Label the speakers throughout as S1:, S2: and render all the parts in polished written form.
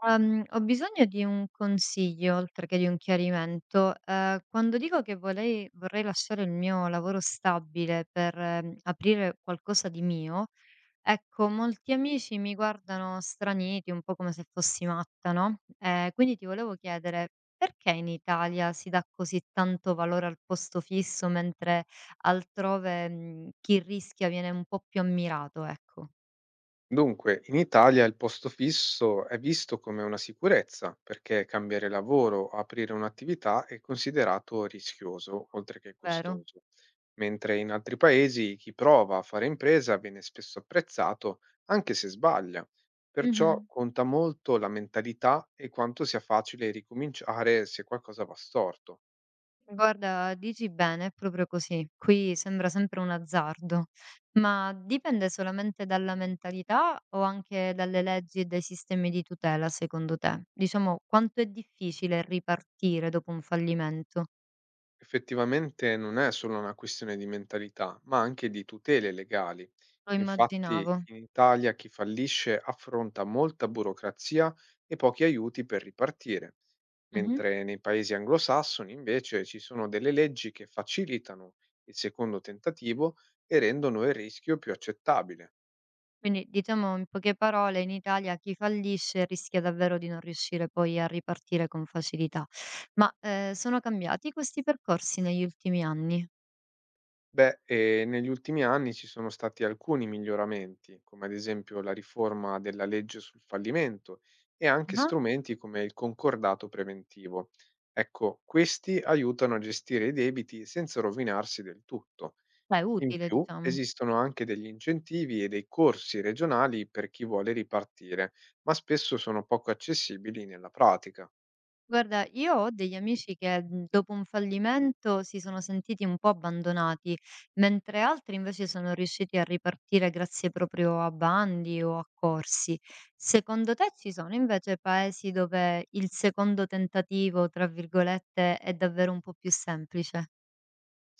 S1: Ho bisogno di un consiglio, oltre che di un chiarimento. Quando dico che volei vorrei lasciare il mio lavoro stabile per, aprire qualcosa di mio, ecco, molti amici mi guardano straniti, un po' come se fossi matta, no, quindi ti volevo chiedere: perché in Italia si dà così tanto valore al posto fisso, mentre altrove, chi rischia viene un po' più ammirato, ecco,
S2: Dunque, in Italia il posto fisso è visto come una sicurezza perché cambiare lavoro o aprire un'attività è considerato rischioso, oltre che
S1: vero?
S2: costoso, mentre in altri paesi chi prova a fare impresa viene spesso apprezzato anche se sbaglia.
S1: Mh-mh.
S2: Perciò conta molto la mentalità e quanto sia facile ricominciare se qualcosa va storto.
S1: Guarda, dici bene, è proprio così. Qui sembra sempre un azzardo, ma dipende solamente dalla mentalità o anche dalle leggi e dai sistemi di tutela, secondo te? Diciamo, quanto è difficile ripartire dopo un fallimento?
S2: Effettivamente non è solo una questione di mentalità, ma anche di tutele legali.
S1: Lo
S2: Infatti
S1: immaginavo.
S2: in Italia chi fallisce affronta molta burocrazia e pochi aiuti per ripartire,
S1: Mhm.
S2: mentre nei paesi anglosassoni invece ci sono delle leggi che facilitano il secondo tentativo e rendono il rischio più accettabile.
S1: Quindi, diciamo in poche parole, in Italia chi fallisce rischia davvero di non riuscire poi a ripartire con facilità. Ma sono cambiati questi percorsi negli ultimi anni?
S2: Beh, negli ultimi anni ci sono stati alcuni miglioramenti, come ad esempio la riforma della legge sul fallimento e anche
S1: Ah,
S2: strumenti come il concordato preventivo. Ecco, questi aiutano a gestire i debiti senza rovinarsi del tutto.
S1: beh, è
S2: In
S1: utile,
S2: più,
S1: diciamo.
S2: esistono anche degli incentivi e dei corsi regionali per chi vuole ripartire, ma spesso sono poco accessibili nella pratica.
S1: Guarda, io ho degli amici che dopo un fallimento si sono sentiti un po' abbandonati, mentre altri invece sono riusciti a ripartire grazie proprio a bandi o a corsi. Secondo te ci sono invece paesi dove il secondo tentativo, tra virgolette, è davvero un po' più semplice?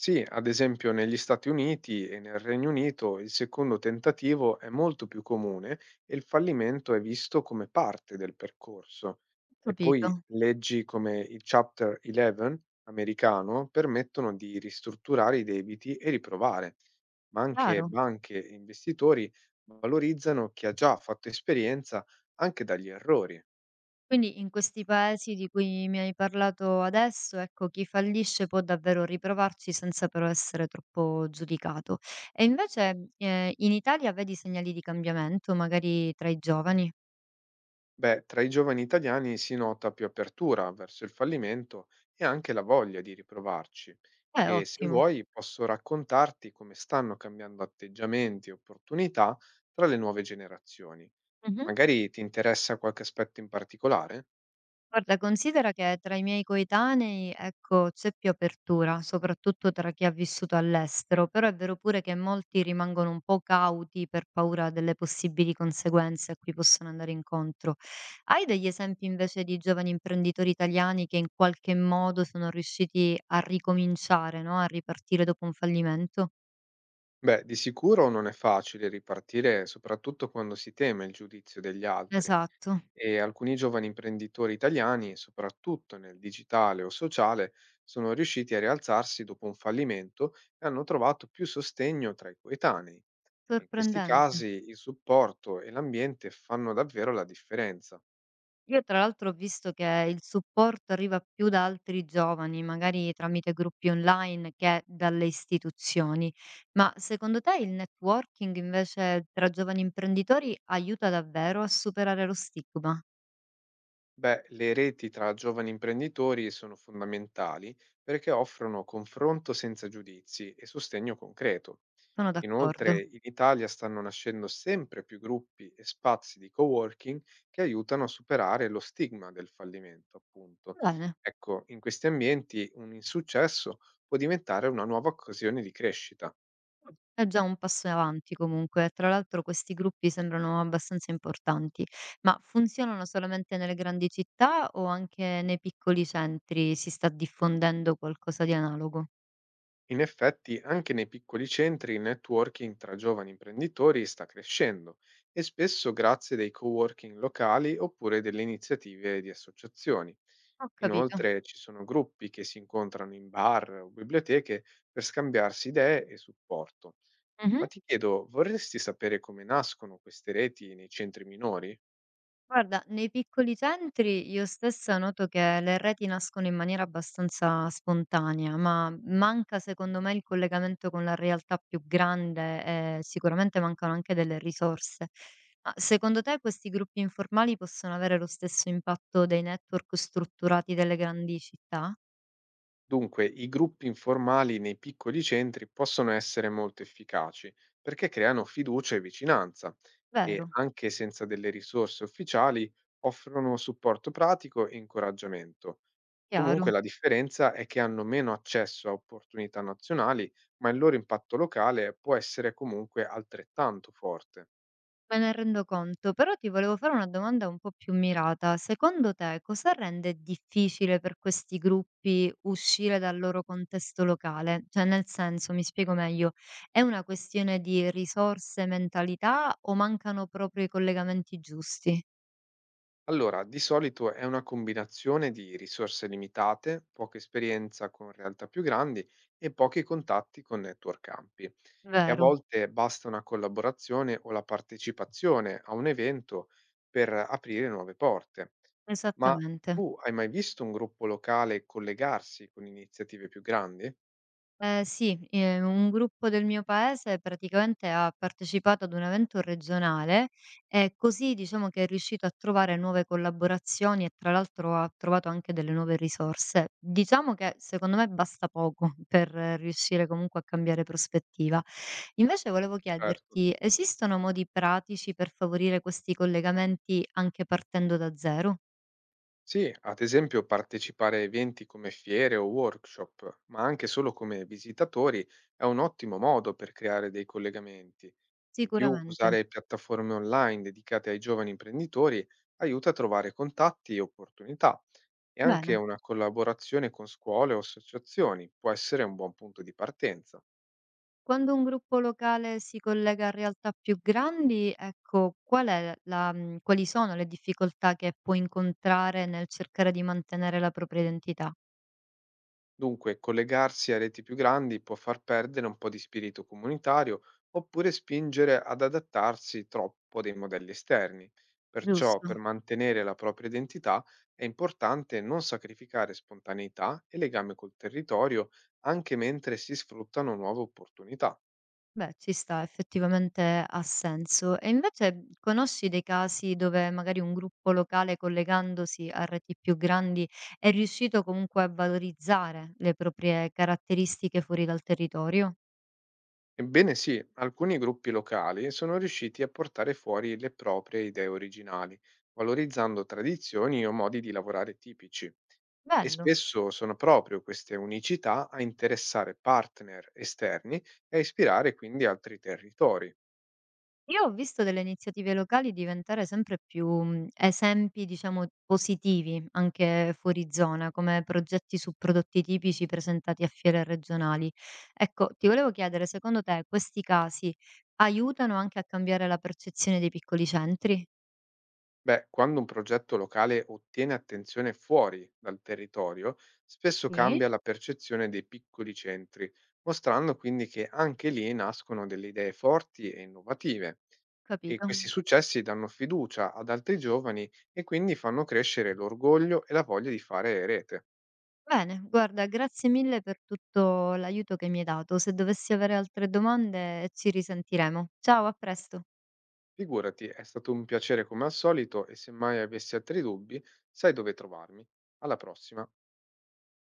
S2: Sì, ad esempio negli Stati Uniti e nel Regno Unito il secondo tentativo è molto più comune e il fallimento è visto come parte del percorso. E poi
S1: Capito?
S2: leggi come il Chapter 11 americano permettono di ristrutturare i debiti e riprovare, ma anche
S1: Chiaro?
S2: banche e investitori valorizzano chi ha già fatto esperienza anche dagli errori.
S1: Quindi in questi paesi di cui mi hai parlato adesso, ecco, chi fallisce può davvero riprovarci senza però essere troppo giudicato. E invece, in Italia vedi segnali di cambiamento, magari tra i giovani?
S2: Beh, tra i giovani italiani si nota più apertura verso il fallimento e anche la voglia di riprovarci.
S1: È
S2: E se
S1: ottimo.
S2: vuoi posso raccontarti come stanno cambiando atteggiamenti e opportunità tra le nuove generazioni.
S1: Mhm.
S2: Magari ti interessa qualche aspetto in particolare?
S1: Guarda, considera che tra i miei coetanei, ecco, c'è più apertura, soprattutto tra chi ha vissuto all'estero, però è vero pure che molti rimangono un po' cauti per paura delle possibili conseguenze a cui possono andare incontro. Hai degli esempi invece di giovani imprenditori italiani che in qualche modo sono riusciti a ricominciare, no? A ripartire dopo un fallimento?
S2: Beh, di sicuro non è facile ripartire, soprattutto quando si teme il giudizio degli altri
S1: Esatto,
S2: e alcuni giovani imprenditori italiani, soprattutto nel digitale o sociale, sono riusciti a rialzarsi dopo un fallimento e hanno trovato più sostegno tra i coetanei. In questi
S1: sorprendente.
S2: casi il supporto e l'ambiente fanno davvero la differenza.
S1: Io tra l'altro ho visto che il supporto arriva più da altri giovani, magari tramite gruppi online che dalle istituzioni. Ma secondo te il networking invece tra giovani imprenditori aiuta davvero a superare lo stigma?
S2: Beh, le reti tra giovani imprenditori sono fondamentali perché offrono confronto senza giudizi e sostegno concreto.
S1: Sono
S2: Inoltre,
S1: d'accordo.
S2: in Italia stanno nascendo sempre più gruppi e spazi di coworking che aiutano a superare lo stigma del fallimento, appunto.
S1: Bene.
S2: Ecco, in questi ambienti un insuccesso può diventare una nuova occasione di crescita.
S1: È già un passo in avanti comunque. Tra l'altro questi gruppi sembrano abbastanza importanti, ma funzionano solamente nelle grandi città o anche nei piccoli centri si sta diffondendo qualcosa di analogo?
S2: In effetti, anche nei piccoli centri il networking tra giovani imprenditori sta crescendo e spesso grazie dei coworking locali oppure delle iniziative di associazioni.
S1: Ho capito.
S2: Inoltre ci sono gruppi che si incontrano in bar o biblioteche per scambiarsi idee e supporto. Ma
S1: Mh-mh.
S2: ti chiedo, vorresti sapere come nascono queste reti nei centri minori?
S1: Guarda, nei piccoli centri io stessa noto che le reti nascono in maniera abbastanza spontanea, ma manca secondo me il collegamento con la realtà più grande e sicuramente mancano anche delle risorse. Ma secondo te questi gruppi informali possono avere lo stesso impatto dei network strutturati delle grandi città?
S2: Dunque, i gruppi informali nei piccoli centri possono essere molto efficaci perché creano fiducia e vicinanza e,
S1: Vero,
S2: anche senza delle risorse ufficiali, offrono supporto pratico e incoraggiamento.
S1: chiaro.
S2: Comunque la differenza è che hanno meno accesso a opportunità nazionali, ma il loro impatto locale può essere comunque altrettanto forte.
S1: Me ne rendo conto, però ti volevo fare una domanda un po' più mirata. Secondo te cosa rende difficile per questi gruppi uscire dal loro contesto locale? Cioè, nel senso, mi spiego meglio, è una questione di risorse, mentalità o mancano proprio i collegamenti giusti?
S2: Allora, di solito è una combinazione di risorse limitate, poca esperienza con realtà più grandi e pochi contatti con network campi. E a
S1: Vero,
S2: volte basta una collaborazione o la partecipazione a un evento per aprire nuove porte. Ma
S1: esattamente.
S2: tu hai mai visto un gruppo locale collegarsi con iniziative più grandi?
S1: Sì, un gruppo del mio paese praticamente ha partecipato ad un evento regionale e così diciamo che è riuscito a trovare nuove collaborazioni e tra l'altro ha trovato anche delle nuove risorse. Diciamo che secondo me basta poco per riuscire comunque a cambiare prospettiva. Invece volevo
S2: Certo.
S1: chiederti, esistono modi pratici per favorire questi collegamenti anche partendo da zero?
S2: Sì, ad esempio partecipare a eventi come fiere o workshop, ma anche solo come visitatori è un ottimo modo per creare dei collegamenti. In più,
S1: Sicuramente.
S2: usare piattaforme online dedicate ai giovani imprenditori aiuta a trovare contatti e opportunità. E anche
S1: Bene.
S2: una collaborazione con scuole o associazioni può essere un buon punto di partenza.
S1: Quando un gruppo locale si collega a realtà più grandi, ecco, qual è la quali sono le difficoltà che può incontrare nel cercare di mantenere la propria identità,
S2: Dunque, collegarsi a reti più grandi può far perdere un po' di spirito comunitario oppure spingere ad adattarsi troppo dei modelli esterni. Perciò, per
S1: giusto?
S2: mantenere la propria identità, è importante non sacrificare spontaneità e legame col territorio anche mentre si sfruttano nuove opportunità.
S1: Beh, ci sta, effettivamente ha senso. E invece conosci dei casi dove magari un gruppo locale collegandosi a reti più grandi è riuscito comunque a valorizzare le proprie caratteristiche fuori dal territorio?
S2: Ebbene sì, alcuni gruppi locali sono riusciti a portare fuori le proprie idee originali, valorizzando tradizioni o modi di lavorare tipici. E
S1: Bello.
S2: spesso sono proprio queste unicità a interessare partner esterni e a ispirare quindi altri territori.
S1: Io ho visto delle iniziative locali diventare sempre più, esempi, diciamo, positivi anche fuori zona, come progetti su prodotti tipici presentati a fiere regionali. Ecco, ti volevo chiedere, secondo te questi casi aiutano anche a cambiare la percezione dei piccoli centri?
S2: Beh, quando un progetto locale ottiene attenzione fuori dal territorio, spesso
S1: Sì.
S2: cambia la percezione dei piccoli centri, mostrando quindi che anche lì nascono delle idee forti e innovative. E
S1: Capito.
S2: questi successi danno fiducia ad altri giovani e quindi fanno crescere l'orgoglio e la voglia di fare rete.
S1: Bene, guarda, grazie mille per tutto l'aiuto che mi hai dato. Se dovessi avere altre domande ci risentiremo. Ciao, a presto.
S2: Figurati, è stato un piacere come al solito e se mai avessi altri dubbi, sai dove trovarmi. Alla prossima.